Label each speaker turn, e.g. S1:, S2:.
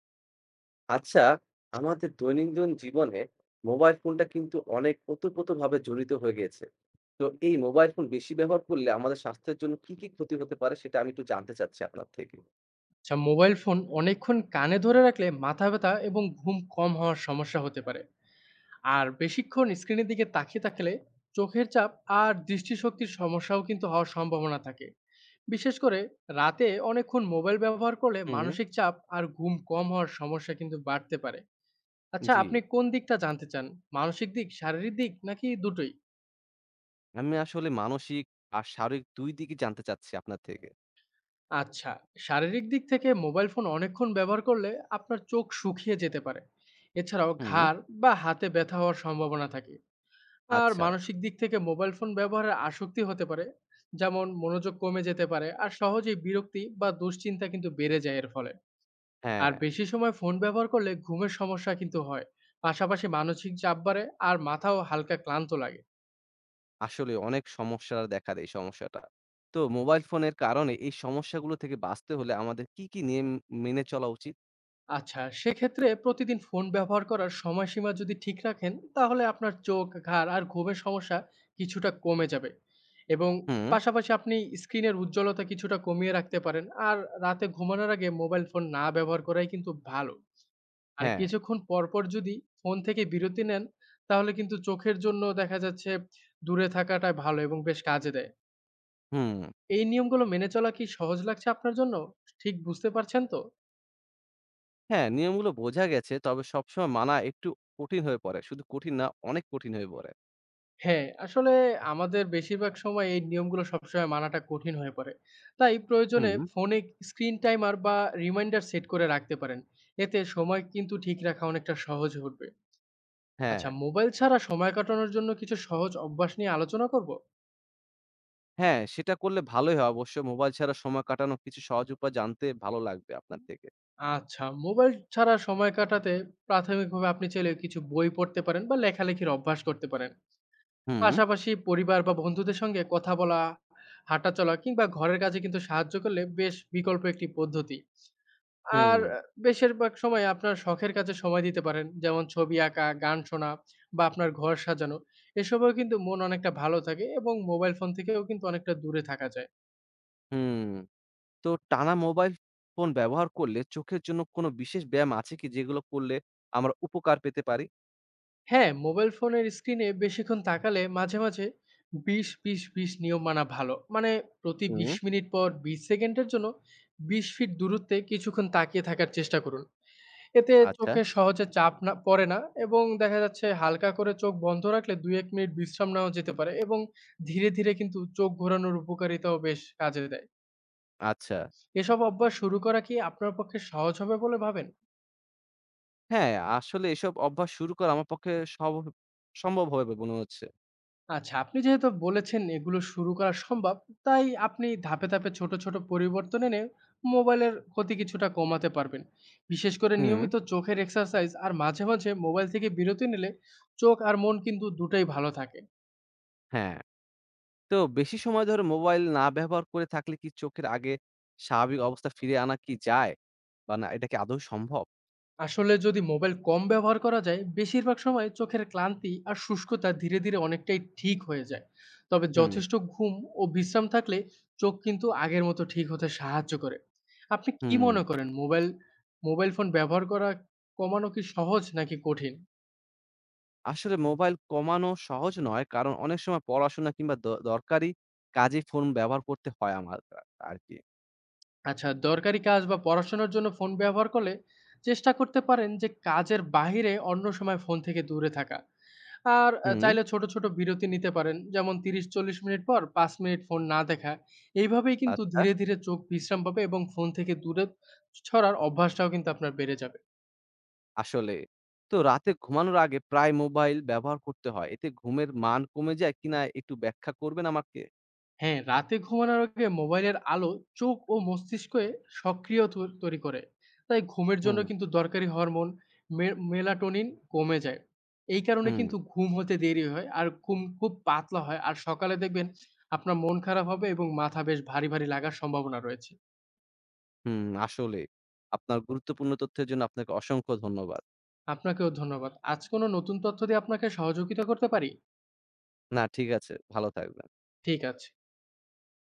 S1: আচ্ছা, আমাদের দৈনন্দিন জীবনে মোবাইল ফোনটা কিন্তু অনেক ওতপ্রোতভাবে জড়িত হয়ে গিয়েছে। তো এই মোবাইল ফোন বেশি ব্যবহার করলে আমাদের স্বাস্থ্যের জন্য কি ক্ষতি হতে পারে সেটা আমি একটু জানতে চাচ্ছি আপনার থেকে।
S2: আচ্ছা মোবাইল ফোন অনেকক্ষণ কানে ধরে রাখলে মাথা ব্যথা এবং ঘুম কম হওয়ার সমস্যা হতে পারে। আর বেশিক্ষণ স্ক্রিনের দিকে তাকিয়ে থাকলে চোখের চাপ আর দৃষ্টিশক্তির সমস্যাও কিন্তু হওয়ার সম্ভাবনা থাকে। বিশেষ করে রাতে অনেকক্ষণ মোবাইল ব্যবহার করলে
S1: হুম,
S2: মানসিক চাপ আর ঘুম কম হওয়ার সমস্যা কিন্তু বাড়তে পারে। আচ্ছা,
S1: জি।
S2: আপনি কোন দিকটা জানতে চান? মানসিক দিক, শারীরিক দিক, নাকি দুটোই?
S1: আমি আসলে মানসিক আর শারীরিক ২ দিকই জানতে চাচ্ছি আপনার থেকে।
S2: আচ্ছা, শারীরিক দিক থেকে মোবাইল ফোন অনেকক্ষণ ব্যবহার করলে আপনার চোখ শুকিয়ে যেতে পারে। এছাড়াও
S1: হুম,
S2: ঘাড় বা হাতে ব্যথা হওয়ার সম্ভাবনা থাকে। আর
S1: আচ্ছা।
S2: মানসিক দিক থেকে মোবাইল ফোন ব্যবহারের আসক্তি হতে পারে। যেমন মনোযোগ কমে যেতে পারে আর সহজেই বিরক্তি বা দুশ্চিন্তা কিন্তু বেড়ে যায় এর ফলে।
S1: হ্যাঁ,
S2: আর বেশি সময় ফোন ব্যবহার করলে ঘুমের সমস্যা কিন্তু হয়, পাশাপাশি মানসিক চাপ বাড়ে আর মাথাও হালকা ক্লান্ত লাগে।
S1: আসলে অনেক সমস্যা দেখা দেয় এই সমস্যাটা। তো মোবাইল ফোনের কারণে এই সমস্যাগুলো থেকে বাঁচতে হলে আমাদের কি নিয়ম মেনে চলা উচিত?
S2: আচ্ছা, সেক্ষেত্রে প্রতিদিন ফোন ব্যবহার করার সময়সীমা যদি ঠিক রাখেন, তাহলে আপনার চোখ, ঘাড় আর ঘুমের সমস্যা কিছুটা কমে যাবে। এবং
S1: হুম,
S2: পাশাপাশি আপনি স্ক্রিনের উজ্জ্বলতা কিছুটা কমিয়ে রাখতে পারেন। আর রাতে ঘুমানোর আগে মোবাইল ফোন না ব্যবহার করাই কিন্তু ভালো। আর
S1: হ্যাঁ,
S2: কিছুক্ষণ পরপর যদি ফোন থেকে বিরতি নেন, তাহলে কিন্তু চোখের জন্য দেখা যাচ্ছে দূরে থাকাটা ভালো এবং বেশ কাজে দেয়।
S1: হুম।
S2: এই নিয়মগুলো মেনে চলা কি সহজ লাগছে আপনার জন্য? ঠিক বুঝতে পারছেন তো?
S1: হ্যাঁ, নিয়মগুলো বোঝা গেছে। তবে সবসময় মানা একটু কঠিন হয়ে পড়ে। শুধু কঠিন না, অনেক কঠিন হয়ে পড়ে।
S2: হ্যাঁ, আসলে আমাদের বেশিরভাগ সময় এই নিয়মগুলো সবসময় মানাটা কঠিন হয়ে পড়ে। তাই প্রয়োজনে
S1: হুম।
S2: ফোনে স্ক্রিন টাইমার বা রিমাইন্ডার সেট করে রাখতে পারেন। এতে সময় কিন্তু ঠিক রাখা অনেকটা সহজ হয়ে উঠবে।
S1: হ্যাঁ,
S2: আচ্ছা, মোবাইল ছাড়া সময় কাটানোর জন্য কিছু সহজ অভ্যাস নিয়ে আলোচনা করব?
S1: হ্যাঁ, সেটা করলে ভালোই হয় অবশ্য। মোবাইল ছাড়া সময় কাটানোর কিছু সহজ উপায় জানতে ভালো লাগবে আপনার থেকে।
S2: আচ্ছা, মোবাইল ছাড়া সময় কাটাতে প্রাথমিকভাবে আপনি চাইলে কিছু বই পড়তে পারেন বা লেখালেখির অভ্যাস করতে পারেন।
S1: হুম।
S2: পাশাপাশি পরিবার বা বন্ধুদের সঙ্গে কথা বলা, হাঁটাচলা কিংবা ঘরের কাজে কিন্তু সাহায্য করলে বেশ বিকল্প একটি পদ্ধতি।
S1: হুম,
S2: আর বেশিরভাগ সময় আপনার শখের কাজে সময় দিতে পারেন। যেমন ছবি আঁকা, গান শোনা বা আপনার ঘর সাজানো। এসবেও কিন্তু মন অনেকটা ভালো থাকে এবং মোবাইল ফোন থেকেও কিন্তু অনেকটা দূরে থাকা যায়।
S1: হুম। তো টানা মোবাইল ফোন ব্যবহার করলে চোখের জন্য কোনো বিশেষ ব্যায়াম আছে কি, যেগুলো করলে আমরা উপকার পেতে পারি?
S2: হ্যাঁ, মোবাইল ফোনের স্ক্রিনে বেশিক্ষণ তাকালে মাঝে, মাঝে ২০-২০-২০ নিয়ম মানা ভালো। মানে প্রতি
S1: হুম,
S2: ২০ মিনিট পর ২০ সেকেন্ডের জন্য ২০ ফিট দূরত্বে কিছুক্ষণ তাকিয়ে থাকার চেষ্টা করুন। এতে
S1: আচ্ছা।
S2: চোখে সহজে চাপ না পড়ে না। এবং দেখা যাচ্ছে হালকা করে চোখ বন্ধ রাখলে ২-১ মিনিট বিশ্রাম নেওয়া যেতে পারে এবং ধীরে, ধীরে কিন্তু চোখ ঘোরানোর উপকারিতাও বেশ কাজে দেয়।
S1: আচ্ছা।
S2: এসব অভ্যাস শুরু করা কি আপনার পক্ষে সহজ হবে বলে ভাবেন?
S1: হ্যাঁ, আসলে এসব অভ্যাস শুরু করা আমার পক্ষে সব সম্ভব হবে বলে মনে হচ্ছে।
S2: আচ্ছা, আপনি যেহেতু বলেছেন এগুলো শুরু করা সম্ভব, তাই আপনি ধাপে, ধাপে ছোট, ছোট পরিবর্তন এনে মোবাইলের ক্ষতি কিছুটা কমাতে পারবেন। বিশেষ করে
S1: হুম।
S2: নিয়মিত চোখের এক্সারসাইজ আর মাঝে, মাঝে মোবাইল থেকে বিরতি নিলে চোখ আর মন কিন্তু দুটোই ভালো থাকে।
S1: হ্যাঁ। তো বেশি সময় ধরে মোবাইল না ব্যবহার করে থাকলে কি চোখের আগে স্বাভাবিক অবস্থা ফিরে আনা কি যায়? বা না এটা কি আদৌ সম্ভব?
S2: আসলে যদি মোবাইল কম ব্যবহার করা যায়, বেশিরভাগ সময় চোখের ক্লান্তি আর শুষ্কতা ধীরে ধীরে অনেকটাই ঠিক হয়ে যায়। তবে
S1: হুম,
S2: যথেষ্ট ঘুম ও বিশ্রাম থাকলে চোখ কিন্তু আগের মতো ঠিক হতে সাহায্য করে। আপনি কি
S1: হুম।
S2: মনে করেন মোবাইল মোবাইল ফোন ব্যবহার করা কমানো কি সহজ নাকি কঠিন?
S1: আসলে মোবাইল কমানো সহজ নয়। কারণ অনেক সময় পড়াশোনা কিংবা দরকারি কাজে ফোন ব্যবহার করতে হয় আমার আরকি।
S2: আচ্ছা, দরকারি কাজ বা পড়াশোনার জন্য ফোন ব্যবহার করলে চেষ্টা করতে পারেন যে কাজের বাইরে অন্য সময় ফোন থেকে দূরে থাকা। আর
S1: হুম,
S2: চাইলে ছোট, ছোট বিরতি নিতে পারেন। যেমন ৩০-৪০ মিনিট পর ৫ মিনিট ফোন না দেখা। এইভাবেই কিন্তু
S1: আচ্ছা,
S2: ধীরে, ধীরে চোখ বিশ্রাম পাবে এবং ফোন থেকে দূরে ছড়ার অভ্যাসটাও কিন্তু আপনার বেড়ে যাবে।
S1: আসলে। তো রাতে ঘুমানোর আগে প্রায় মোবাইল ব্যবহার করতে হয়। এতে ঘুমের মান কমে যায় কিনা একটু ব্যাখ্যা করবেন আমাকে?
S2: হ্যাঁ, রাতে ঘুমানোর আগে মোবাইলের আলো চোখ ও মস্তিষ্কে সক্রিয় তৈরি করে। তাই ঘুমের জন্য
S1: হুম,
S2: কিন্তু দরকারি হরমোন মে মেলাটোনিন কমে যায়। এই কারণে
S1: হুম,
S2: কিন্তু ঘুম হতে দেরি হয় আর ঘুম খুব পাতলা হয়। আর সকালে দেখবেন আপনার মন খারাপ হবে এবং মাথা বেশ ভারী, ভারী লাগার সম্ভাবনা রয়েছে।
S1: হুম, আসলে। আপনার গুরুত্বপূর্ণ তথ্যের জন্য আপনাকে অসংখ্য ধন্যবাদ।
S2: আপনাকেও ধন্যবাদ। আজ কোনো নতুন তথ্য দিয়ে আপনাকে সহযোগিতা করতে পারি?
S1: না ঠিক আছে। ভালো থাকবেন।
S2: ঠিক আছে।